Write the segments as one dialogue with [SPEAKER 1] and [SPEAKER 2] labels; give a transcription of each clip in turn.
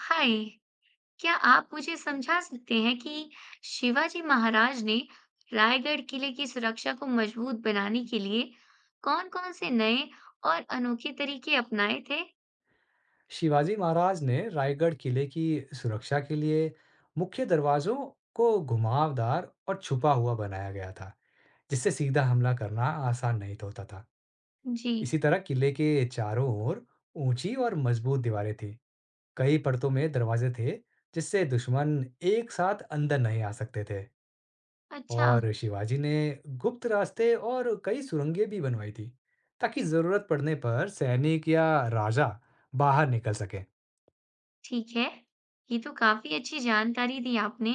[SPEAKER 1] हाय। क्या आप मुझे समझा सकते हैं कि शिवाजी महाराज ने रायगढ़ किले की सुरक्षा को मजबूत बनाने के लिए कौन-कौन से नए और अनोखे तरीके अपनाए थे।
[SPEAKER 2] शिवाजी महाराज ने रायगढ़ किले की सुरक्षा के लिए मुख्य दरवाजों को घुमावदार और छुपा हुआ बनाया गया था, जिससे सीधा हमला करना आसान नहीं तो होता था।
[SPEAKER 1] जी।
[SPEAKER 2] इसी तरह किले के चारों ओर ऊंची और मजबूत दीवारें थीं। कई परतों में दरवाजे थे, जिससे दुश्मन एक साथ अंदर नहीं आ सकते थे।
[SPEAKER 1] अच्छा।
[SPEAKER 2] और शिवाजी ने गुप्त रास्ते और कई सुरंगें भी बनवाई थी, ताकि जरूरत पड़ने पर सैनिक या राजा बाहर निकल सके।
[SPEAKER 1] ठीक है। ये तो काफी अच्छी जानकारी दी आपने।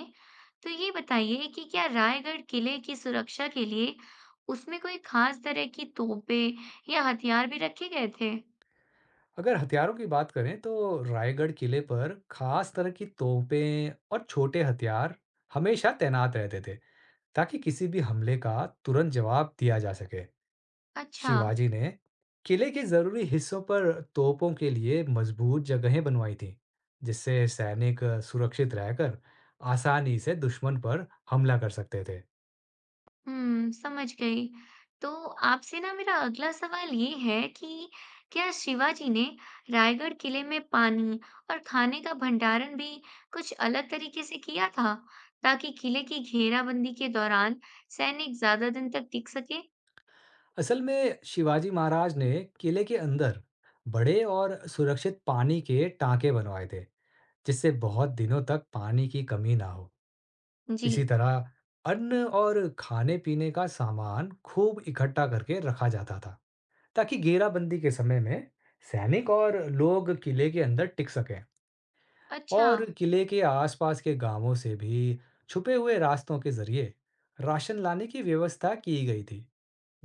[SPEAKER 1] तो ये बताइए कि क्या रायगढ़ किले की सुरक्षा के लिए उसमें कोई खास तरह की तोपें या हथियार भी रखे गए थे।
[SPEAKER 2] अगर हथियारों की बात करें तो रायगढ़ किले पर खास तरह की तोपें और छोटे हथियार हमेशा तैनात रहते थे, ताकि किसी भी हमले का तुरंत जवाब दिया जा सके।
[SPEAKER 1] अच्छा।
[SPEAKER 2] शिवाजी ने किले के जरूरी हिस्सों पर तोपों के लिए मजबूत जगहें बनवाई थीं, जिससे सैनिक सुरक्षित रहकर आसानी से दुश्मन पर हमला कर सकते थे।
[SPEAKER 1] हुँ, समझ गई। तो आपसे ना मेरा अगला सवाल ये है कि क्या शिवाजी ने रायगढ़ किले में पानी और खाने का भंडारण भी कुछ अलग तरीके से किया था, ताकि किले की घेराबंदी के दौरान सैनिक ज़्यादा दिन तक टिक सके?
[SPEAKER 2] असल में शिवाजी महाराज ने किले के अंदर बड़े और सुरक्षित पानी के टांके बनवाए थे, जिससे बहुत दिनों तक पानी की कमी ना हो।
[SPEAKER 1] जी।
[SPEAKER 2] इसी तरह अन्न और खाने-पीने का सामान खूब इकट्ठा करके रखा जाता था, ताकि घेराबंदी के समय में सैनिक और लोग किले के अंदर टिक सकें।
[SPEAKER 1] अच्छा।
[SPEAKER 2] और किले के आसपास के गांवों से भी छुपे हुए रास्तों के जरिए राशन लाने की व्यवस्था की गई थी,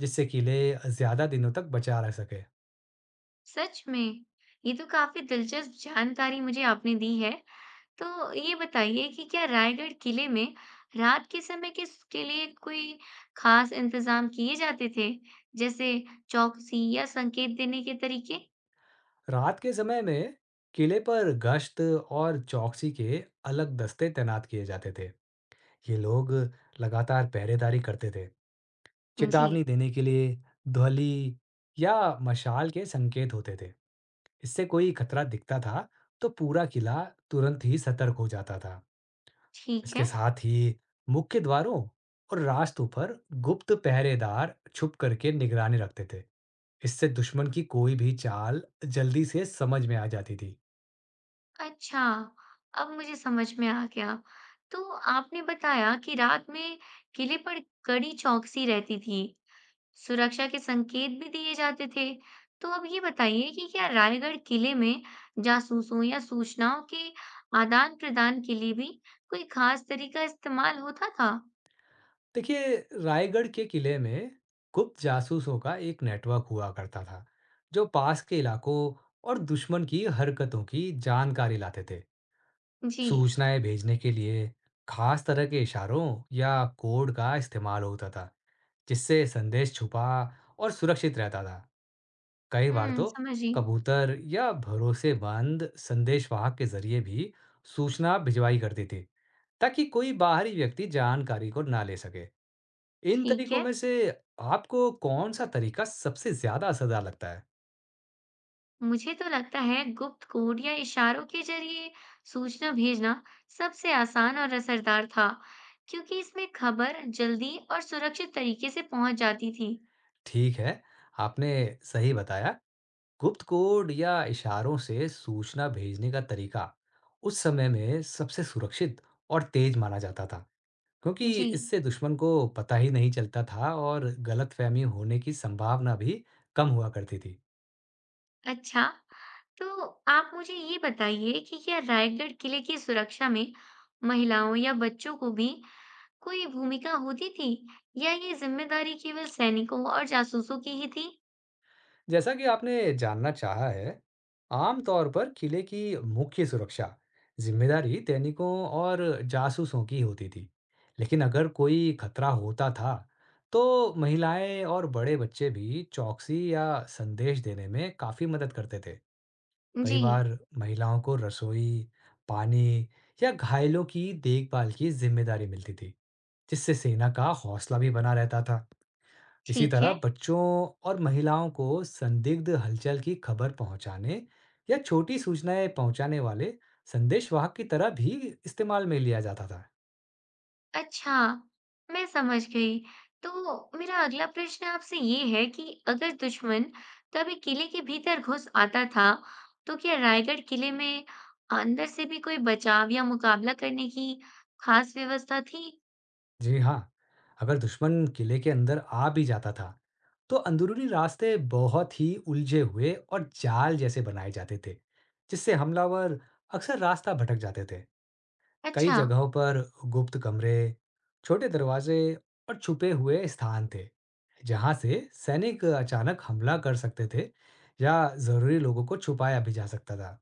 [SPEAKER 2] जिससे किले ज्यादा दिनों तक बचा रह सके।
[SPEAKER 1] सच में! ये तो काफ़ी दिलचस्प जानकारी मुझे आपने दी है। तो ये बताइए कि क्या रायगढ़ किले में रात के समय किस के लिए कोई खास इंतजाम किए जाते थे, जैसे चौकसी या संकेत देने के तरीके?
[SPEAKER 2] रात के समय में किले पर गश्त और चौकसी के अलग दस्ते तैनात किए जाते थे। ये लोग लगातार पहरेदारी करते थे,
[SPEAKER 1] जी।
[SPEAKER 2] चेतावनी देने के लिए ध्वलि या मशाल के संकेत होते थे। इससे कोई खतरा दिखता था, तो पूरा किला तुरंत ही सतर्क हो जाता था।
[SPEAKER 1] ठीक
[SPEAKER 2] इसके
[SPEAKER 1] है।
[SPEAKER 2] साथ ही मुख्य द्वारों और रास्तों पर गुप्त पहरेदार छुप करके निगरानी रखते थे। इससे दुश्मन की कोई भी चाल जल्दी से समझ में आ जाती थी।
[SPEAKER 1] अच्छा, अब मुझे समझ में आ गया। तो आपने बताया कि रात में किले पर कड़ी चौकसी रहती थी, सुरक्षा के संकेत भी दिए जाते थे। तो अब ये बताइए कि क्या रायगढ़ किले में जासूसों या सूचनाओं के आदान-प्रदान के लिए भी कोई खास तरीका इस्तेमाल होता था?
[SPEAKER 2] देखिए, रायगढ़ के किले में गुप्त जासूसों का एक नेटवर्क हुआ करता था, जो पास के इलाकों और दुश्मन की हरकतों की जानकारी लाते थे।
[SPEAKER 1] जी।
[SPEAKER 2] सूचनाएं भेजने के लिए खास तरह के इशारों या कोड का इस्तेमाल होता था, जिससे संदेश छुपा और सुरक्षित रहता था। कई बार
[SPEAKER 1] हुँ,
[SPEAKER 2] तो
[SPEAKER 1] समझी।
[SPEAKER 2] कबूतर या भरोसेमंद संदेशवाहक के जरिए भी सूचना भिजवाई करती थी, ताकि कोई बाहरी व्यक्ति जानकारी को ना ले सके। इन
[SPEAKER 1] ठीक
[SPEAKER 2] तरीकों
[SPEAKER 1] है।
[SPEAKER 2] में से आपको कौन-सा तरीका सबसे ज़्यादा असरदार लगता है?
[SPEAKER 1] मुझे तो लगता है गुप्त कोड या इशारों के ज़रिए सूचना भेजना सबसे आसान और असरदार था, क्योंकि इसमें खबर जल्दी और सुरक्षित तरीके से पहुँच जाती थी।
[SPEAKER 2] ठीक है, आपने सही बताया। गुप्त कोड या इशारों से सूचना भेजने का तरीका उस समय में सबसे सुरक्षित और तेज़ माना जाता था, क्योंकि
[SPEAKER 1] जी।
[SPEAKER 2] इससे दुश्मन को पता ही नहीं चलता था और गलतफ़हमी होने की संभावना भी कम हुआ करती थी।
[SPEAKER 1] अच्छा। तो आप मुझे ये बताइए कि क्या रायगढ़ किले की सुरक्षा में महिलाओं या बच्चों को भी कोई भूमिका होती थी या ये जिम्मेदारी केवल सैनिकों और जासूसों की ही थी?
[SPEAKER 2] जैसा कि आपने जानना चाहा है, आमतौर पर किले की मुख्य सुरक्षा जिम्मेदारी सैनिकों और जासूसों की होती थी, लेकिन अगर कोई खतरा होता था, तो महिलाएं और बड़े बच्चे भी चौकसी या संदेश देने में काफी मदद करते थे। कई
[SPEAKER 1] जी।
[SPEAKER 2] बार महिलाओं को रसोई, पानी या घायलों की देखभाल की जिम्मेदारी मिलती थी, जिससे सेना का हौसला भी बना रहता था। इसी
[SPEAKER 1] ठीक
[SPEAKER 2] तरह
[SPEAKER 1] है।
[SPEAKER 2] बच्चों और महिलाओं को संदिग्ध हलचल की खबर पहुंचाने या छोटी सूचनाएं पहुंचाने वाले संदेशवाहक की तरह भी इस्तेमाल में लिया जाता था।
[SPEAKER 1] अच्छा, मैं समझ गई। तो मेरा अगला प्रश्न आपसे ये है कि अगर दुश्मन कभी किले के भीतर घुस आता था, तो क्या रायगढ़ किले में अंदर से भी कोई बचाव या मुकाबला करने की खास व्यवस्था थी?
[SPEAKER 2] जी हाँ, अगर दुश्मन किले के अंदर आ भी जाता था, तो अंदरूनी रास्ते बहुत ही उलझे हुए और जाल जैसे बनाए जाते थे, जिससे हमलावर अक्सर रास्ता भटक जाते थे। कई
[SPEAKER 1] अच्छा।
[SPEAKER 2] जगहों पर गुप्त कमरे, छोटे दरवाजे और छुपे हुए स्थान थे, जहां से सैनिक अचानक हमला कर सकते थे या जरूरी लोगों को छुपाया भी जा सकता था।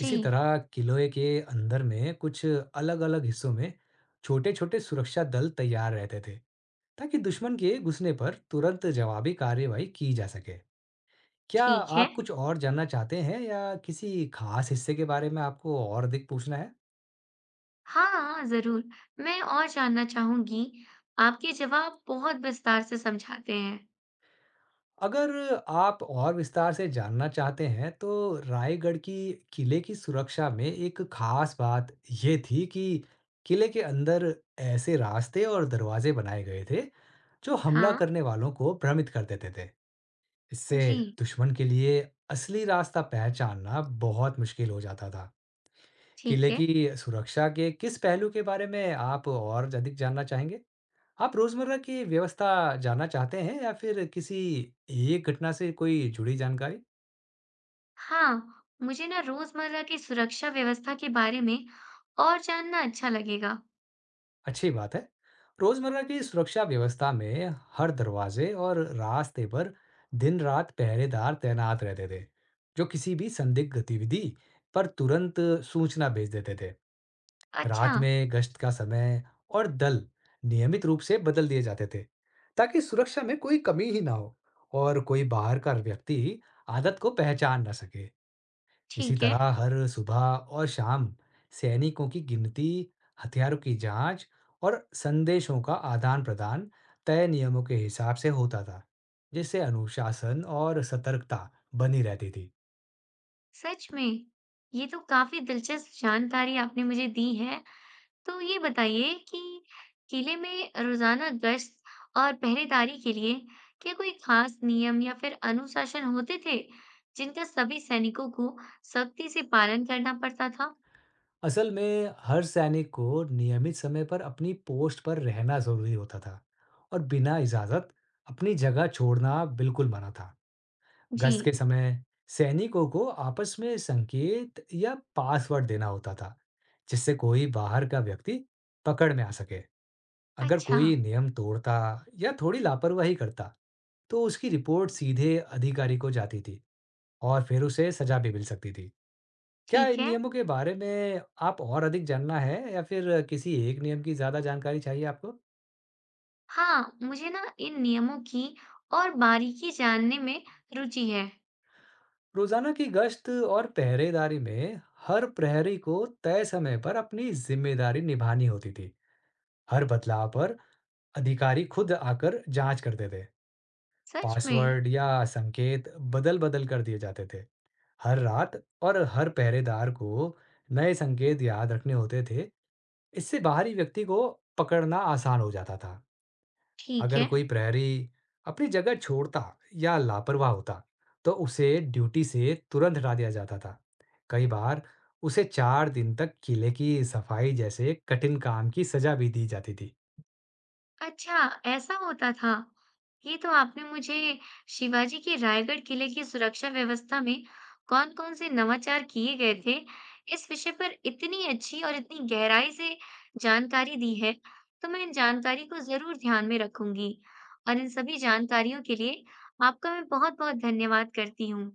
[SPEAKER 1] जी।
[SPEAKER 2] इसी तरह किले के अंदर में कुछ अलग-अलग हिस्सों में छोटे-छोटे सुरक्षा दल तैयार रहते थे, ताकि दुश्मन के घुसने पर तुरंत जवाबी कार्रवाई की जा सके। क्या
[SPEAKER 1] ठीक है।
[SPEAKER 2] आप कुछ और जानना चाहते हैं या किसी खास हिस्से के बारे में आपको और अधिक पूछना है?
[SPEAKER 1] हाँ, ज़रूर, मैं और जानना चाहूँगी। आपके जवाब बहुत विस्तार से समझाते हैं।
[SPEAKER 2] अगर आप और विस्तार से जानना चाहते हैं, तो रायगढ़ की किले की सुरक्षा में एक खास बात ये थी कि किले के अंदर ऐसे रास्ते और दरवाजे बनाए गए थे, जो हमला
[SPEAKER 1] हाँ।
[SPEAKER 2] करने वालों को भ्रमित कर देते थे। इससे
[SPEAKER 1] जी।
[SPEAKER 2] दुश्मन के लिए असली रास्ता पहचानना बहुत मुश्किल हो जाता था।
[SPEAKER 1] ठीक
[SPEAKER 2] किले
[SPEAKER 1] है।
[SPEAKER 2] की सुरक्षा के किस पहलू के बारे में आप और अधिक जानना चाहेंगे? आप रोजमर्रा की व्यवस्था जानना चाहते हैं या फिर किसी एक घटना से कोई जुड़ी जानकारी?
[SPEAKER 1] हाँ, मुझे ना रोज़मर्रा की सुरक्षा व्यवस्था के बारे में और जानना अच्छा लगेगा।
[SPEAKER 2] अच्छी बात है। रोजमर्रा की सुरक्षा व्यवस्था में हर दरवाजे और रास्ते पर दिन-रात पहरेदार तैनात रहते थे, जो किसी भी संदिग्ध गतिविधि पर तुरंत सूचना भेज देते थे।
[SPEAKER 1] अच्छा।
[SPEAKER 2] रात में गश्त का समय और दल नियमित रूप से बदल दिए जाते थे, ताकि सुरक्षा में कोई कमी ही ना हो और कोई बाहर का व्यक्ति आदत को पहचान ना सके। इसी
[SPEAKER 1] ठीक है।
[SPEAKER 2] तरह हर सुबह और शाम सैनिकों की गिनती, हथियारों की जांच और संदेशों का आदान-प्रदान तय नियमों के हिसाब से होता था, जिससे अनुशासन और सतर्कता बनी रहती थी।
[SPEAKER 1] सच में, ये तो काफ़ी दिलचस्प जानकारी आपने मुझे दी है। तो ये बताइए कि किले में रोजाना गश्त और पहरेदारी के लिए क्या कोई खास नियम या फिर अनुशासन होते थे जिनका सभी सैनिकों को सख्ती से पालन करना पड़ता था?
[SPEAKER 2] असल में हर सैनिक को नियमित समय पर अपनी पोस्ट पर रहना जरूरी होता था और बिना इजाजत अपनी जगह छोड़ना बिल्कुल मना था। गश्त के
[SPEAKER 1] जी।
[SPEAKER 2] समय सैनिकों को आपस में संकेत या पासवर्ड देना होता था, जिससे कोई बाहर का व्यक्ति पकड़ में आ सके। अगर
[SPEAKER 1] अच्छा।
[SPEAKER 2] कोई नियम तोड़ता या थोड़ी लापरवाही करता, तो उसकी रिपोर्ट सीधे अधिकारी को जाती थी और फिर उसे सजा भी मिल सकती थी। क्या
[SPEAKER 1] ठीक
[SPEAKER 2] इन
[SPEAKER 1] है।
[SPEAKER 2] नियमों के बारे में आप और अधिक जानना है या फिर किसी एक नियम की ज़्यादा जानकारी चाहिए आपको?
[SPEAKER 1] हाँ, मुझे ना इन नियमों की और बारीकी जानने में रुचि है।
[SPEAKER 2] रोज़ाना की गश्त और पहरेदारी में हर प्रहरी को तय समय पर अपनी जिम्मेदारी निभानी होती थी। हर बदलाव पर अधिकारी खुद आकर जांच करते थे।
[SPEAKER 1] सच में?
[SPEAKER 2] पासवर्ड या संकेत बदल बदल कर दिए जाते थे हर रात, और हर पहरेदार को नए संकेत याद रखने होते थे। इससे बाहरी व्यक्ति को पकड़ना आसान हो जाता था।
[SPEAKER 1] ठीक
[SPEAKER 2] अगर
[SPEAKER 1] है।
[SPEAKER 2] कोई प्रहरी अपनी जगह छोड़ता या लापरवाह होता, तो उसे ड्यूटी से तुरंत हटा दिया जाता था। कई बार उसे 4 दिन तक किले की सफाई जैसे कठिन काम की सजा भी दी जाती थी।
[SPEAKER 1] अच्छा, ऐसा होता था। ये तो आपने मुझे शिवाजी के रायगढ़ किले की सुरक्षा व्यवस्था में कौन-कौन से नवाचार किए गए थे, इस विषय पर इतनी अच्छी और इतनी गहराई से जानकारी दी है, तो मैं इन जानकारी को ज़रूर ध्यान में रखूंगी। और इन सभी जानकारियों के लिए आपका मैं बहुत-बहुत धन्यवाद करती हूँ।